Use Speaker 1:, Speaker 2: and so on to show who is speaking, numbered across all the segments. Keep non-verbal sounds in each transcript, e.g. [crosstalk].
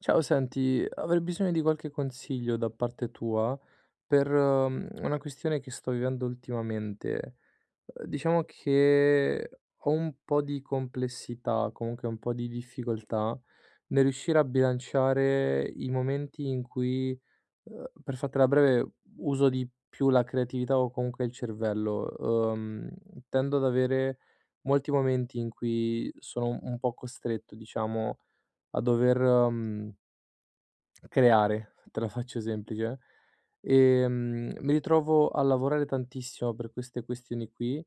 Speaker 1: Ciao, senti, avrei bisogno di qualche consiglio da parte tua per una questione che sto vivendo ultimamente. Diciamo che ho un po' di complessità, comunque un po' di difficoltà nel riuscire a bilanciare i momenti in cui, per fartela breve, uso di più la creatività o comunque il cervello. Tendo ad avere molti momenti in cui sono un po' costretto, diciamo, a dover creare, te la faccio semplice. Mi ritrovo a lavorare tantissimo per queste questioni qui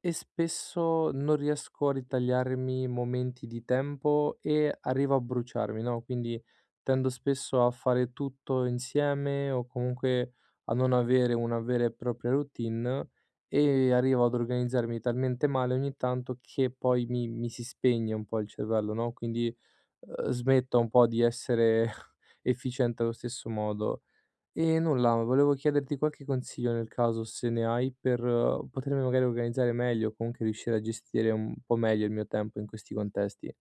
Speaker 1: e spesso non riesco a ritagliarmi momenti di tempo e arrivo a bruciarmi, no, quindi tendo spesso a fare tutto insieme o comunque a non avere una vera e propria routine e arrivo ad organizzarmi talmente male ogni tanto che poi mi si spegne un po' il cervello, no, quindi smetta un po' di essere [laughs] efficiente allo stesso modo. E nulla, volevo chiederti qualche consiglio nel caso, se ne hai, per potermi magari organizzare meglio o comunque riuscire a gestire un po' meglio il mio tempo in questi contesti.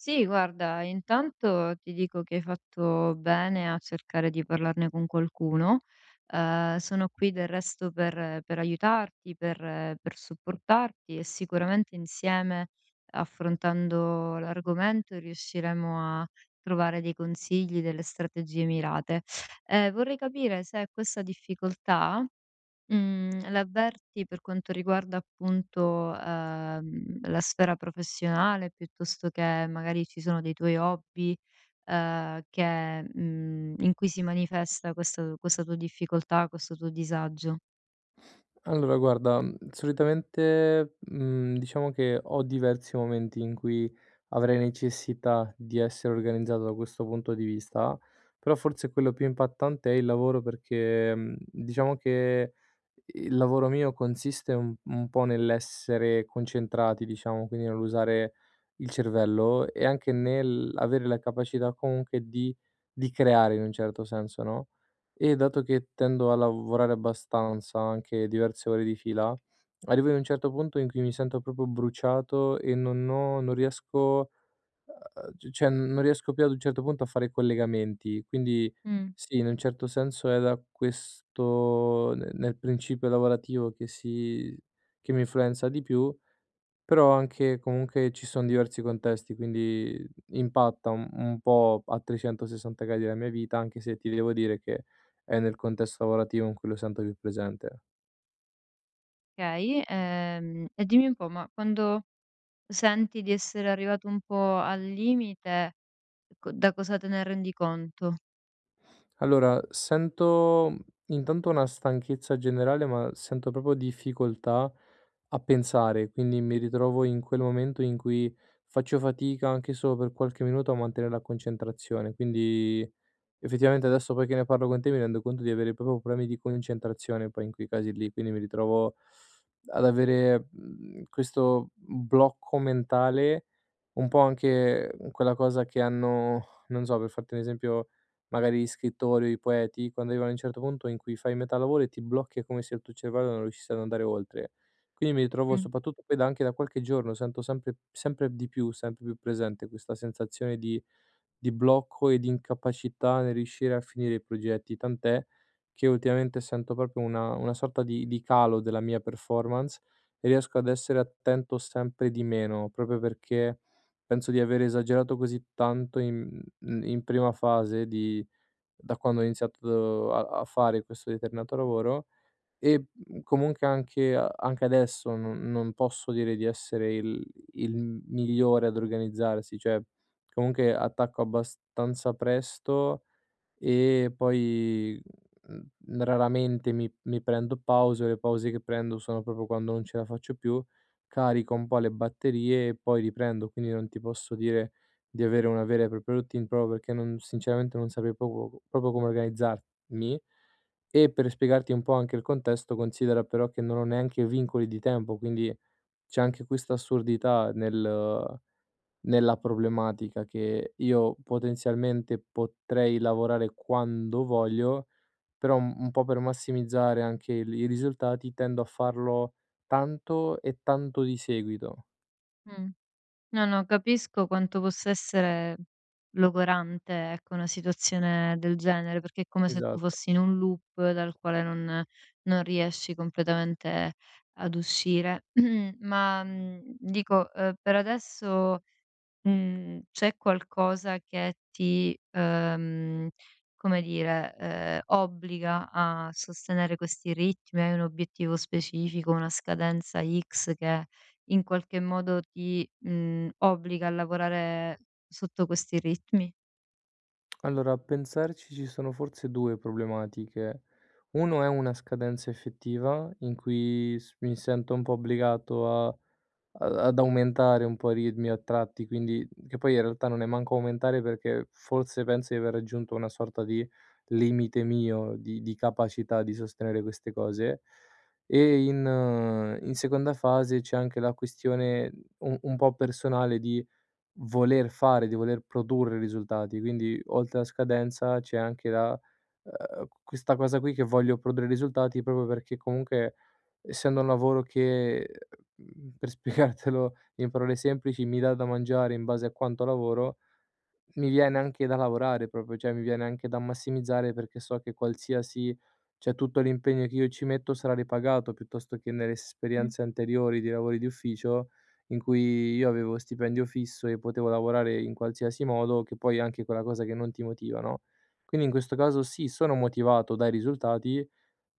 Speaker 2: Sì, guarda, intanto ti dico che hai fatto bene a cercare di parlarne con qualcuno. Sono qui del resto per aiutarti, per supportarti e sicuramente insieme, affrontando l'argomento, riusciremo a trovare dei consigli, delle strategie mirate. Vorrei capire se questa difficoltà Mhmm, l'avverti per quanto riguarda appunto, la sfera professionale piuttosto che magari ci sono dei tuoi hobby, in cui si manifesta questa tua difficoltà, questo tuo disagio.
Speaker 1: Allora guarda, solitamente, diciamo che ho diversi momenti in cui avrei necessità di essere organizzato da questo punto di vista, però forse quello più impattante è il lavoro perché, diciamo che il lavoro mio consiste un po' nell'essere concentrati, diciamo, quindi nell'usare il cervello e anche nell'avere la capacità comunque di creare in un certo senso, no, e dato che tendo a lavorare abbastanza, anche diverse ore di fila, arrivo in un certo punto in cui mi sento proprio bruciato e non ho non riesco c cioè non riesco più ad un certo punto a fare i collegamenti, quindi
Speaker 2: Mh,
Speaker 1: sì, in un certo senso era questo ne nel principio lavorativo che mi influenza di più, però anche comunque ci son diversi contesti, quindi impatta un po' a 360 gradi la mia vita, anche se ti devo dire che è nel contesto lavorativo in cui lo sento più presente.
Speaker 2: okay. E dimmi un po', ma quando senti di essere arrivato un po' al limite, co da cosa te ne rendi conto?
Speaker 1: Allora, sento intanto una stanchezza generale, ma sento proprio difficoltà a pensare, quindi mi ritrovo in quel momento in cui faccio fatica anche solo per qualche minuto a mantenere la concentrazione, quindi effettivamente adesso poi che ne parlo con te mi rendo conto di avere proprio problemi di concentrazione poi in quei casi lì, quindi mi ritrovo ad avere, questo blocco mentale, un po' anche quella cosa che hanno non so, per farti un esempio, magari gli scrittori o i poeti, quando arrivano a un certo punto in cui fai metà lavoro e ti blocchi, è come se il tuo cervello non riuscisse ad andare oltre. Quindi mi ritrovo
Speaker 2: Mh,
Speaker 1: soprattutto poi da anche da qualche giorno, sento sempre sempre di più, sempre più presente questa sensazione di blocco e di incapacità nel riuscire a finire i progetti, tant'è che ultimamente sento proprio una sorta di calo della mia performance e riesco ad essere attento sempre di meno, proprio perché penso di aver esagerato così tanto in prima fase di da quando ho iniziato a fare questo determinato lavoro e, comunque anche adesso non posso dire di essere il migliore ad organizzarsi, cioè comunque attacco abbastanza presto e poi, raramente mi prendo pause, le pause che prendo sono proprio quando non ce la faccio più, carico un po' le batterie e poi riprendo, quindi non ti posso dire di avere una vera e propria routine proprio perché non sinceramente non saprei proprio proprio come organizzarmi. E per spiegarti un po' anche il contesto, considera però che non ho neanche vincoli di tempo, quindi c'è anche questa assurdità nella problematica che io potenzialmente potrei lavorare quando voglio, però un po' per massimizzare anche il i risultati tendo a farlo tanto e tanto di seguito.
Speaker 2: mh. No, no, capisco quanto possa essere logorante, ecco, una situazione del genere, perché è come se tu
Speaker 1: Esatto.
Speaker 2: fossi in un loop dal quale non riesci completamente ad uscire. [clears throat] Ma, dico, per adesso Mhmm, c'è qualcosa che ti, come dire, obbliga a sostenere questi ritmi? Hai un obiettivo specifico, una scadenza X che in qualche modo ti, obbliga a lavorare sotto questi ritmi?
Speaker 1: Allora a pensarci ci sono forse 2 problematiche. Uno è una scadenza effettiva in cui s mi sento un po' obbligato a ad ad aumentare un po' i ritmi a tratti, quindi che poi in realtà non è manco aumentare perché forse penso di aver raggiunto una sorta di limite mio di capacità di sostenere queste cose. E in seconda fase c'è anche la questione un po' personale di di voler produrre risultati, quindi oltre la scadenza c'è anche la questa cosa qui che voglio produrre risultati proprio perché comunque essendo un lavoro che, per [laughs] spiegartelo in parole semplici, mi dà da mangiare in base a quanto lavoro mi viene anche da lavorare proprio, cioè mi viene anche da massimizzare perché so che qualsiasi cioè tutto l'impegno che io ci metto sarà ripagato, piuttosto che nelle esperienze anteriori di lavori di ufficio in cui io avevo stipendio fisso e potevo lavorare in qualsiasi modo, che poi è anche quella cosa che non ti motiva, no, quindi in questo caso sì, sono motivato dai risultati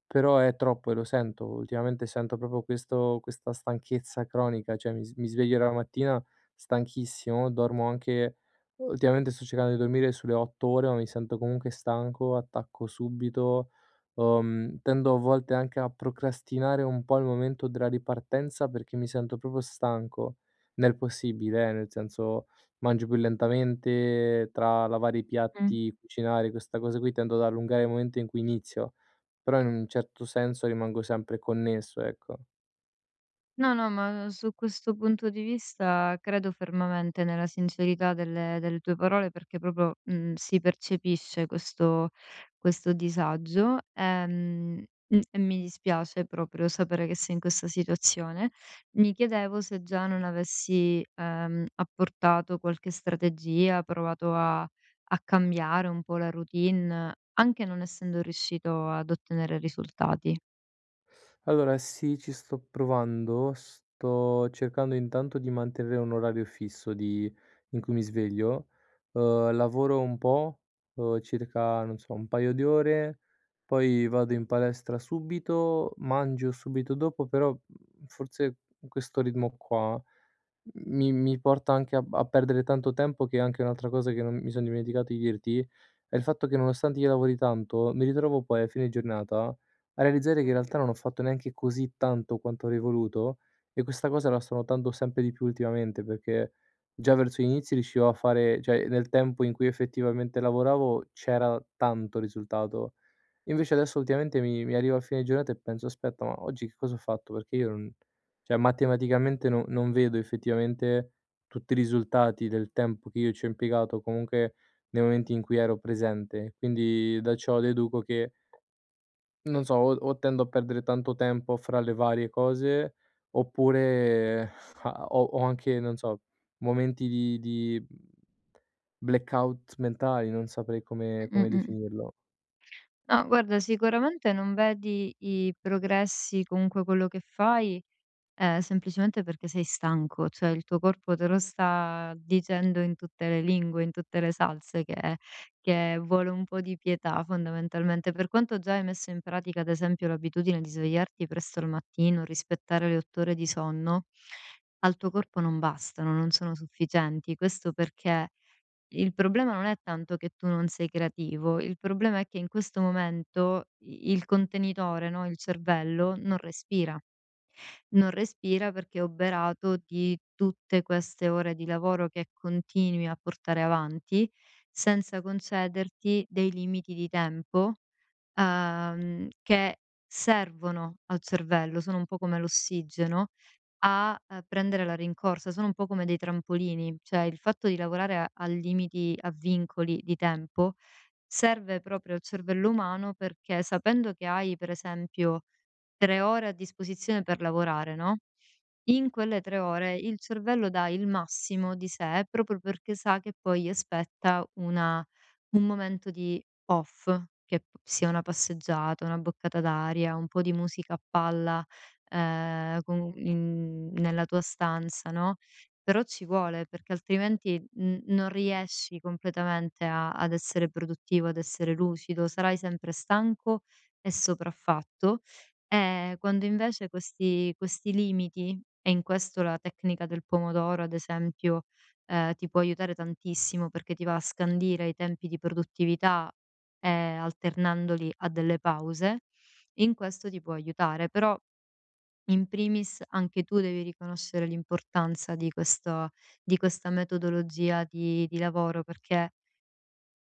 Speaker 1: però è troppo e lo sento. Ultimamente sento proprio questo questa stanchezza cronica, cioè mi sveglio la mattina stanchissimo, dormo anche ultimamente sto cercando di dormire sulle 8 ore, ma mi sento comunque stanco, attacco subito. Tendo a volte anche a procrastinare un po' il momento della ripartenza perché mi sento proprio stanco, nel possibile nel senso mangio più lentamente, tra lavare i
Speaker 2: Mh-mh.
Speaker 1: piatti, cucinare, questa cosa qui tendo ad allungare il momento in cui inizio. Però in un certo senso rimango sempre connesso, ecco.
Speaker 2: No, no, ma su questo punto di vista credo fermamente nella sincerità delle tue parole perché proprio mm, si percepisce questo, questo disagio e mi dispiace proprio sapere che sei in questa situazione. Mi chiedevo se già non avessi apportato qualche strategia, provato a cambiare un po' la routine, anche non essendo riuscito ad ottenere risultati.
Speaker 1: Allora sì, ci sto provando, sto cercando intanto di mantenere un orario fisso di in cui mi sveglio. Lavoro un po', circa, non so, un paio di ore, poi vado in palestra subito, mangio subito dopo, però, forse questo ritmo qua mi porta anche a perdere tanto tempo, che è anche un'altra cosa che non mi son dimenticato di dirti, è il fatto che nonostante io lavori tanto, mi ritrovo poi a fine giornata a realizzare che in realtà non ho fatto neanche così tanto quanto avrei voluto e questa cosa la sto notando sempre di più ultimamente perché già verso gli inizi riuscivo a fare, cioè nel tempo in cui effettivamente lavoravo c'era tanto risultato. Invece adesso ultimamente mi arrivo a fine giornata e penso, aspetta, ma oggi che cosa ho fatto? Perché io non, cioè, matematicamente non vedo effettivamente tutti i risultati del tempo che io ci ho impiegato, comunque nei momenti in cui ero presente. Quindi da ciò deduco che non so, o tendo a perdere tanto tempo fra le varie cose, oppure [laughs] a ho ho anche, non so, momenti di blackout mentali, non saprei come
Speaker 2: Mm,
Speaker 1: come
Speaker 2: mm.
Speaker 1: definirlo.
Speaker 2: No, guarda, sicuramente non vedi i progressi, comunque quello che fai, semplicemente perché sei stanco, cioè il tuo corpo te lo sta dicendo in tutte le lingue, in tutte le salse che vuole un po' di pietà fondamentalmente. Per quanto già hai messo in pratica, ad esempio, l'abitudine di svegliarti presto al mattino, rispettare le 8 ore di sonno, al tuo corpo non bastano, non sono sufficienti. Questo perché il problema non è tanto che tu non sei creativo, il problema è che in questo momento i il contenitore, no, il cervello, non respira. Non respira perché è oberato di tutte queste ore di lavoro che continui a portare avanti, senza concederti dei limiti di tempo, che servono al cervello, sono un po' come l'ossigeno a, prendere la rincorsa, sono un po' come dei trampolini, cioè il fatto di lavorare a limiti, a vincoli di tempo, serve proprio al cervello umano perché sapendo che hai per esempio 3 ore a disposizione per lavorare, no? In quelle 3 ore il cervello dà il massimo di sé, proprio perché sa che poi gli aspetta una un momento di off, che p sia una passeggiata, una boccata d'aria, un po' di musica a palla, con in nella tua stanza, no, però ci vuole, perché altrimenti n non riesci completamente a ad essere produttivo, ad essere lucido, sarai sempre stanco e sopraffatto quando invece questi limiti e in questo la tecnica del pomodoro ad esempio, ti può aiutare tantissimo perché ti va a scandire i tempi di produttività, alternandoli a delle pause, in questo ti può aiutare. Però in primis anche tu devi riconoscere l'importanza di questo di questa metodologia di lavoro perché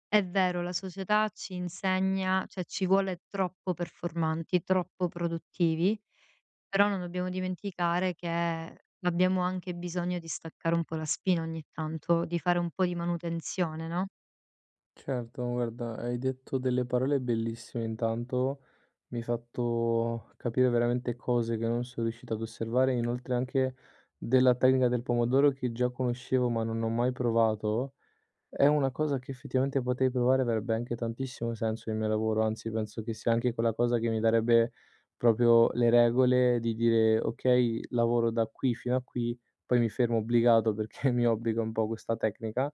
Speaker 2: è vero, la società ci insegna cioè ci vuole troppo performanti, troppo produttivi, però non dobbiamo dimenticare che abbiamo anche bisogno di staccare un po' la spina ogni tanto, di fare un po' di manutenzione, no.
Speaker 1: Certo, guarda, hai detto delle parole bellissime intanto, mi hai fatto capire veramente cose che non sono riuscito ad osservare, inoltre anche della tecnica del pomodoro che già conoscevo ma non ho mai provato. È una cosa che effettivamente potrei provare, avrebbe anche tantissimo senso nel mio lavoro, anzi penso che sia anche quella cosa che mi darebbe proprio le regole di dire: "Okay, lavoro da qui fino a qui, poi mi fermo obbligato perché [laughs] mi obbliga un po' questa tecnica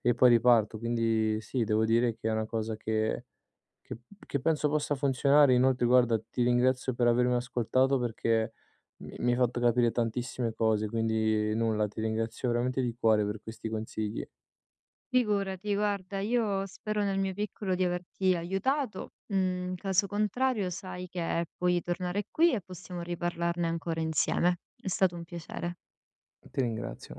Speaker 1: e poi riparto." Quindi sì, devo dire che è una cosa che che penso possa funzionare. Inoltre guarda, ti ringrazio per avermi ascoltato perché mi hai fatto capire tantissime cose, quindi nulla, ti ringrazio veramente di cuore per questi consigli.
Speaker 2: Figurati, guarda, io spero nel mio piccolo di averti aiutato, in caso contrario sai che puoi tornare qui e possiamo riparlarne ancora insieme. È stato un piacere.
Speaker 1: Ti ringrazio.